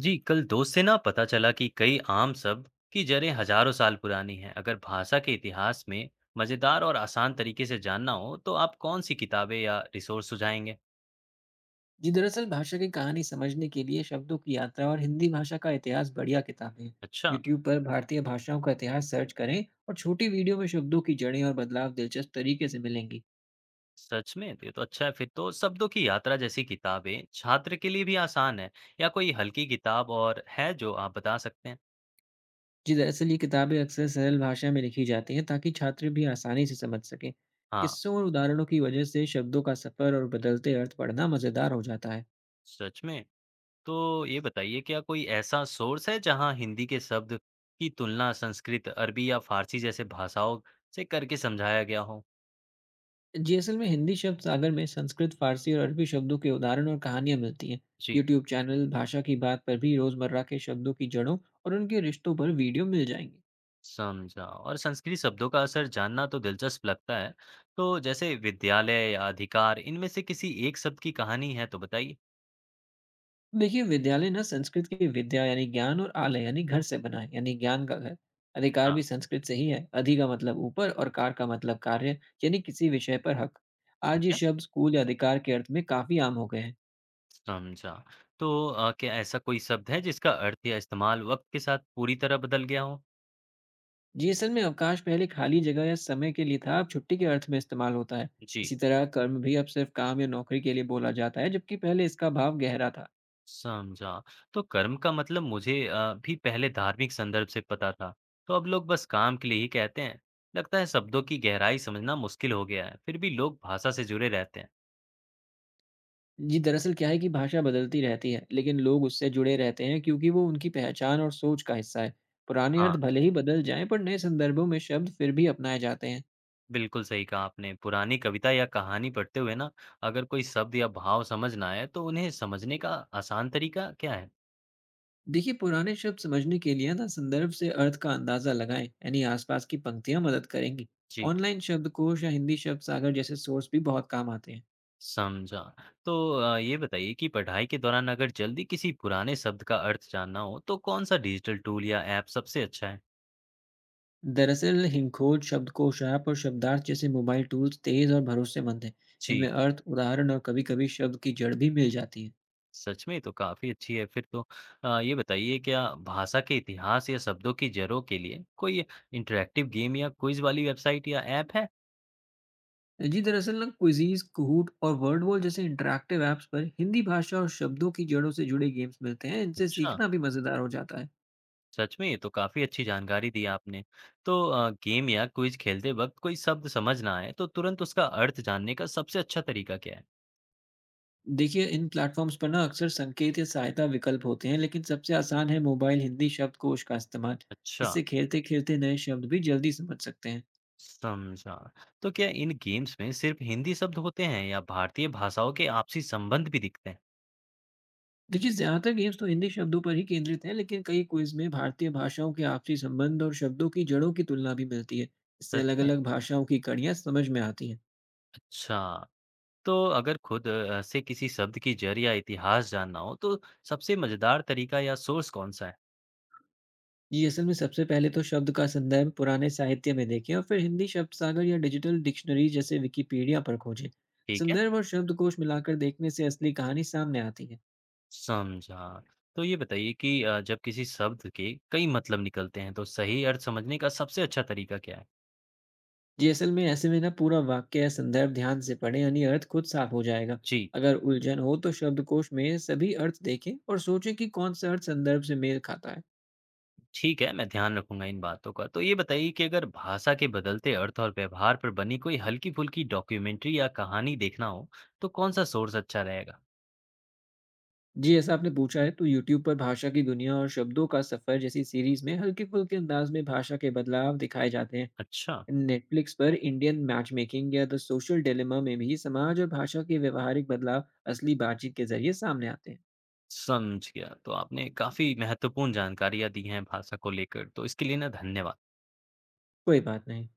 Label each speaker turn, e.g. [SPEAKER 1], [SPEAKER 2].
[SPEAKER 1] जी कल दोस्त से ना पता चला कि कई आम शब्द की जड़ें हजारों साल पुरानी हैं। अगर भाषा के इतिहास में मजेदार और आसान तरीके से जानना हो तो आप कौन सी किताबें या रिसोर्स सुझाएंगे?
[SPEAKER 2] जी दरअसल भाषा की कहानी समझने के लिए शब्दों की यात्रा और हिंदी भाषा का इतिहास बढ़िया किताबें हैं।
[SPEAKER 1] अच्छा।
[SPEAKER 2] यूट्यूब पर भारतीय भाषाओं का इतिहास सर्च करें और छोटी वीडियो में शब्दों की जड़ें और बदलाव दिलचस्प तरीके से मिलेंगी।
[SPEAKER 1] सच में ये तो अच्छा है फिर तो। शब्दों की यात्रा जैसी किताबें छात्र के लिए भी आसान है या कोई हल्की किताब और है जो आप बता सकते हैं?
[SPEAKER 2] जी दरअसल ये किताबें अक्सर सरल भाषा में लिखी जाती हैं ताकि छात्र भी आसानी से समझ सकें।
[SPEAKER 1] हाँ।
[SPEAKER 2] किस्सों और उदाहरणों की वजह से शब्दों का सफर और बदलते अर्थ पढ़ना मज़ेदार हो जाता है।
[SPEAKER 1] सच में। तो ये बताइए क्या कोई ऐसा सोर्स है जहाँ हिंदी के शब्द की तुलना संस्कृत, अरबी या फारसी जैसे भाषाओं से करके समझाया गया हो?
[SPEAKER 2] जी असल में हिंदी शब्द सागर में संस्कृत फारसी और अरबी शब्दों के उदाहरण और कहानियां मिलती हैं।
[SPEAKER 1] जी।
[SPEAKER 2] यूट्यूब चैनल भाषा की बात पर भी रोजमर्रा के शब्दों की जड़ों और उनके रिश्तों पर वीडियो मिल जाएंगे।
[SPEAKER 1] समझा। और संस्कृत शब्दों का असर जानना तो दिलचस्प लगता है। तो जैसे विद्यालय या अधिकार, इनमें से किसी एक शब्द की कहानी है तो बताइए?
[SPEAKER 2] देखिए विद्यालय ना संस्कृत की विद्या यानी ज्ञान और आलय यानी घर से बना है, यानी ज्ञान का घर। अधिकार
[SPEAKER 1] हाँ।
[SPEAKER 2] भी संस्कृत से ही है, अधि का मतलब ऊपर और कार का मतलब कार्य, यानी किसी विषय पर हक। आज
[SPEAKER 1] ठीक
[SPEAKER 2] ये
[SPEAKER 1] है।
[SPEAKER 2] शब्द स्कूल या अधिकार के अर्थ में काफी आम हो गए हैं।
[SPEAKER 1] समझा। तो क्या ऐसा कोई शब्द है जिसका अर्थ या इस्तेमाल वक़्त के साथ पूरी तरह बदल गया हो?
[SPEAKER 2] जी असल में अवकाश पहले खाली जगह या समय के लिए था, अब छुट्टी के अर्थ में इस्तेमाल होता है।
[SPEAKER 1] जी।
[SPEAKER 2] इसी तरह कर्म भी अब सिर्फ काम या नौकरी के लिए बोला जाता है, जबकि पहले इसका भाव गहरा था।
[SPEAKER 1] समझा। तो कर्म का मतलब मुझे भी पहले धार्मिक संदर्भ से पता था। तो अब लोग बस काम के लिए ही कहते हैं। लगता है शब्दों की गहराई समझना मुश्किल हो गया है, फिर भी लोग भाषा से जुड़े रहते हैं।
[SPEAKER 2] जी दरअसल क्या है कि भाषा बदलती रहती है लेकिन लोग उससे जुड़े रहते हैं क्योंकि वो उनकी पहचान और सोच का हिस्सा है। पुराने
[SPEAKER 1] हाँ।
[SPEAKER 2] अर्थ भले ही बदल जाएं पर नए संदर्भों में शब्द फिर भी अपनाए जाते हैं।
[SPEAKER 1] बिल्कुल सही कहा आपने। पुरानी कविता या कहानी पढ़ते हुए ना, अगर कोई शब्द या भाव समझ ना आए तो उन्हें समझने का आसान तरीका क्या है?
[SPEAKER 2] देखिए पुराने शब्द समझने के लिए ना संदर्भ से अर्थ का अंदाजा लगाएं, यानी आसपास की पंक्तियां मदद करेंगी।
[SPEAKER 1] जी।
[SPEAKER 2] ऑनलाइन शब्दकोश या हिंदी शब्द सागर जैसे सोर्स भी बहुत काम आते हैं।
[SPEAKER 1] समझा। तो ये बताइए कि पढ़ाई के दौरान अगर जल्दी किसी पुराने शब्द का अर्थ जानना हो तो कौन सा डिजिटल टूल या ऐप सबसे अच्छा है?
[SPEAKER 2] दरअसल हिंखोज शब्दकोश ऐप और शब्दार्थ जैसे मोबाइल टूल्स तेज और भरोसेमंद हैं।
[SPEAKER 1] जी।
[SPEAKER 2] इनमें अर्थ, उदाहरण और कभी कभी शब्द की जड़ भी मिल जाती है।
[SPEAKER 1] सच में ये तो काफ़ी अच्छी है फिर तो। ये बताइए क्या भाषा के इतिहास या शब्दों की जड़ों के लिए कोई इंटरैक्टिव गेम या क्विज़ वाली वेबसाइट या ऐप है?
[SPEAKER 2] जी दरअसल ना क्विजीज, कहूट और वर्ड वॉल जैसे इंटरेक्टिव ऐप्स पर हिंदी भाषा और शब्दों की जड़ों से जुड़े गेम्स मिलते हैं। इनसे
[SPEAKER 1] अच्छा।
[SPEAKER 2] सीखना भी मज़ेदार हो जाता है।
[SPEAKER 1] सच में ये तो काफी अच्छी जानकारी दी आपने। तो गेम या क्विज खेलते वक्त कोई शब्द समझ ना आए तो तुरंत उसका अर्थ जानने का सबसे अच्छा तरीका क्या है?
[SPEAKER 2] देखिए इन प्लेटफॉर्म्स पर ना अक्सर संकेत या सहायता विकल्प होते हैं, लेकिन सबसे आसान है मोबाइल हिंदी शब्दकोश का इस्तेमाल।
[SPEAKER 1] अच्छा।
[SPEAKER 2] इससे खेलते खेलते नए शब्द भी जल्दी समझ सकते हैं।
[SPEAKER 1] समझा। तो क्या इन गेम्स में सिर्फ हिंदी शब्द होते हैं या भारतीय भाषाओं के आपसी संबंध भी दिखते हैं?
[SPEAKER 2] देखिए ज्यादातर गेम्स तो हिंदी शब्दों पर ही केंद्रित हैं, लेकिन कई क्विज में भारतीय भाषाओं के आपसी संबंध और शब्दों की जड़ों की तुलना भी मिलती है। इससे
[SPEAKER 1] सच में?
[SPEAKER 2] अलग-अलग भाषाओं की कड़ियाँ समझ में आती हैं।
[SPEAKER 1] अच्छा। तो अगर खुद से किसी शब्द की जड़ या इतिहास जानना हो तो सबसे मजेदार तरीका या सोर्स कौन सा है?
[SPEAKER 2] ये असल में सबसे पहले तो शब्द का संदर्भ पुराने साहित्य में देखें और फिर हिंदी शब्द सागर या डिजिटल डिक्शनरी जैसे विकिपीडिया पर खोजें।
[SPEAKER 1] ठीक है।
[SPEAKER 2] संदर्भ और शब्दकोश मिलाकर देखने से असली कहानी सामने आती है।
[SPEAKER 1] समझा। तो ये बताइए कि जब किसी शब्द के कई मतलब निकलते हैं, तो सही अर्थ समझने का सबसे अच्छा तरीका क्या है?
[SPEAKER 2] जी, असल में ऐसे में ना पूरा वाक्य या संदर्भ ध्यान से पढ़ें, यानी अर्थ खुद साफ हो जाएगा।
[SPEAKER 1] जी।
[SPEAKER 2] अगर उलझन हो तो शब्दकोश में सभी अर्थ देखें और सोचें कि कौन सा अर्थ संदर्भ से मेल खाता है।
[SPEAKER 1] ठीक है, मैं ध्यान रखूँगा इन बातों का। तो ये बताइए कि अगर भाषा के बदलते अर्थ और व्यवहार पर बनी कोई हल्की-फुल्की डॉक्यूमेंट्री या कहानी देखना हो, तो कौन-सा सोर्स अच्छा रहेगा?
[SPEAKER 2] जी, ऐसा आपने पूछा है तो यूट्यूब पर भाषा की दुनिया और शब्दों का सफर जैसी सीरीज में हल्के-फुल्के अंदाज में भाषा के बदलाव दिखाए जाते हैं।
[SPEAKER 1] अच्छा।
[SPEAKER 2] नेटफ्लिक्स पर इंडियन मैच मेकिंग या द सोशल डिलेमा में भी समाज और भाषा के व्यवहारिक बदलाव असली बातचीत के जरिए सामने आते हैं।
[SPEAKER 1] समझ गया। तो आपने काफ़ी महत्वपूर्ण जानकारियाँ दी हैं भाषा को लेकर, तो इसके लिए ना धन्यवाद।
[SPEAKER 2] कोई बात नहीं।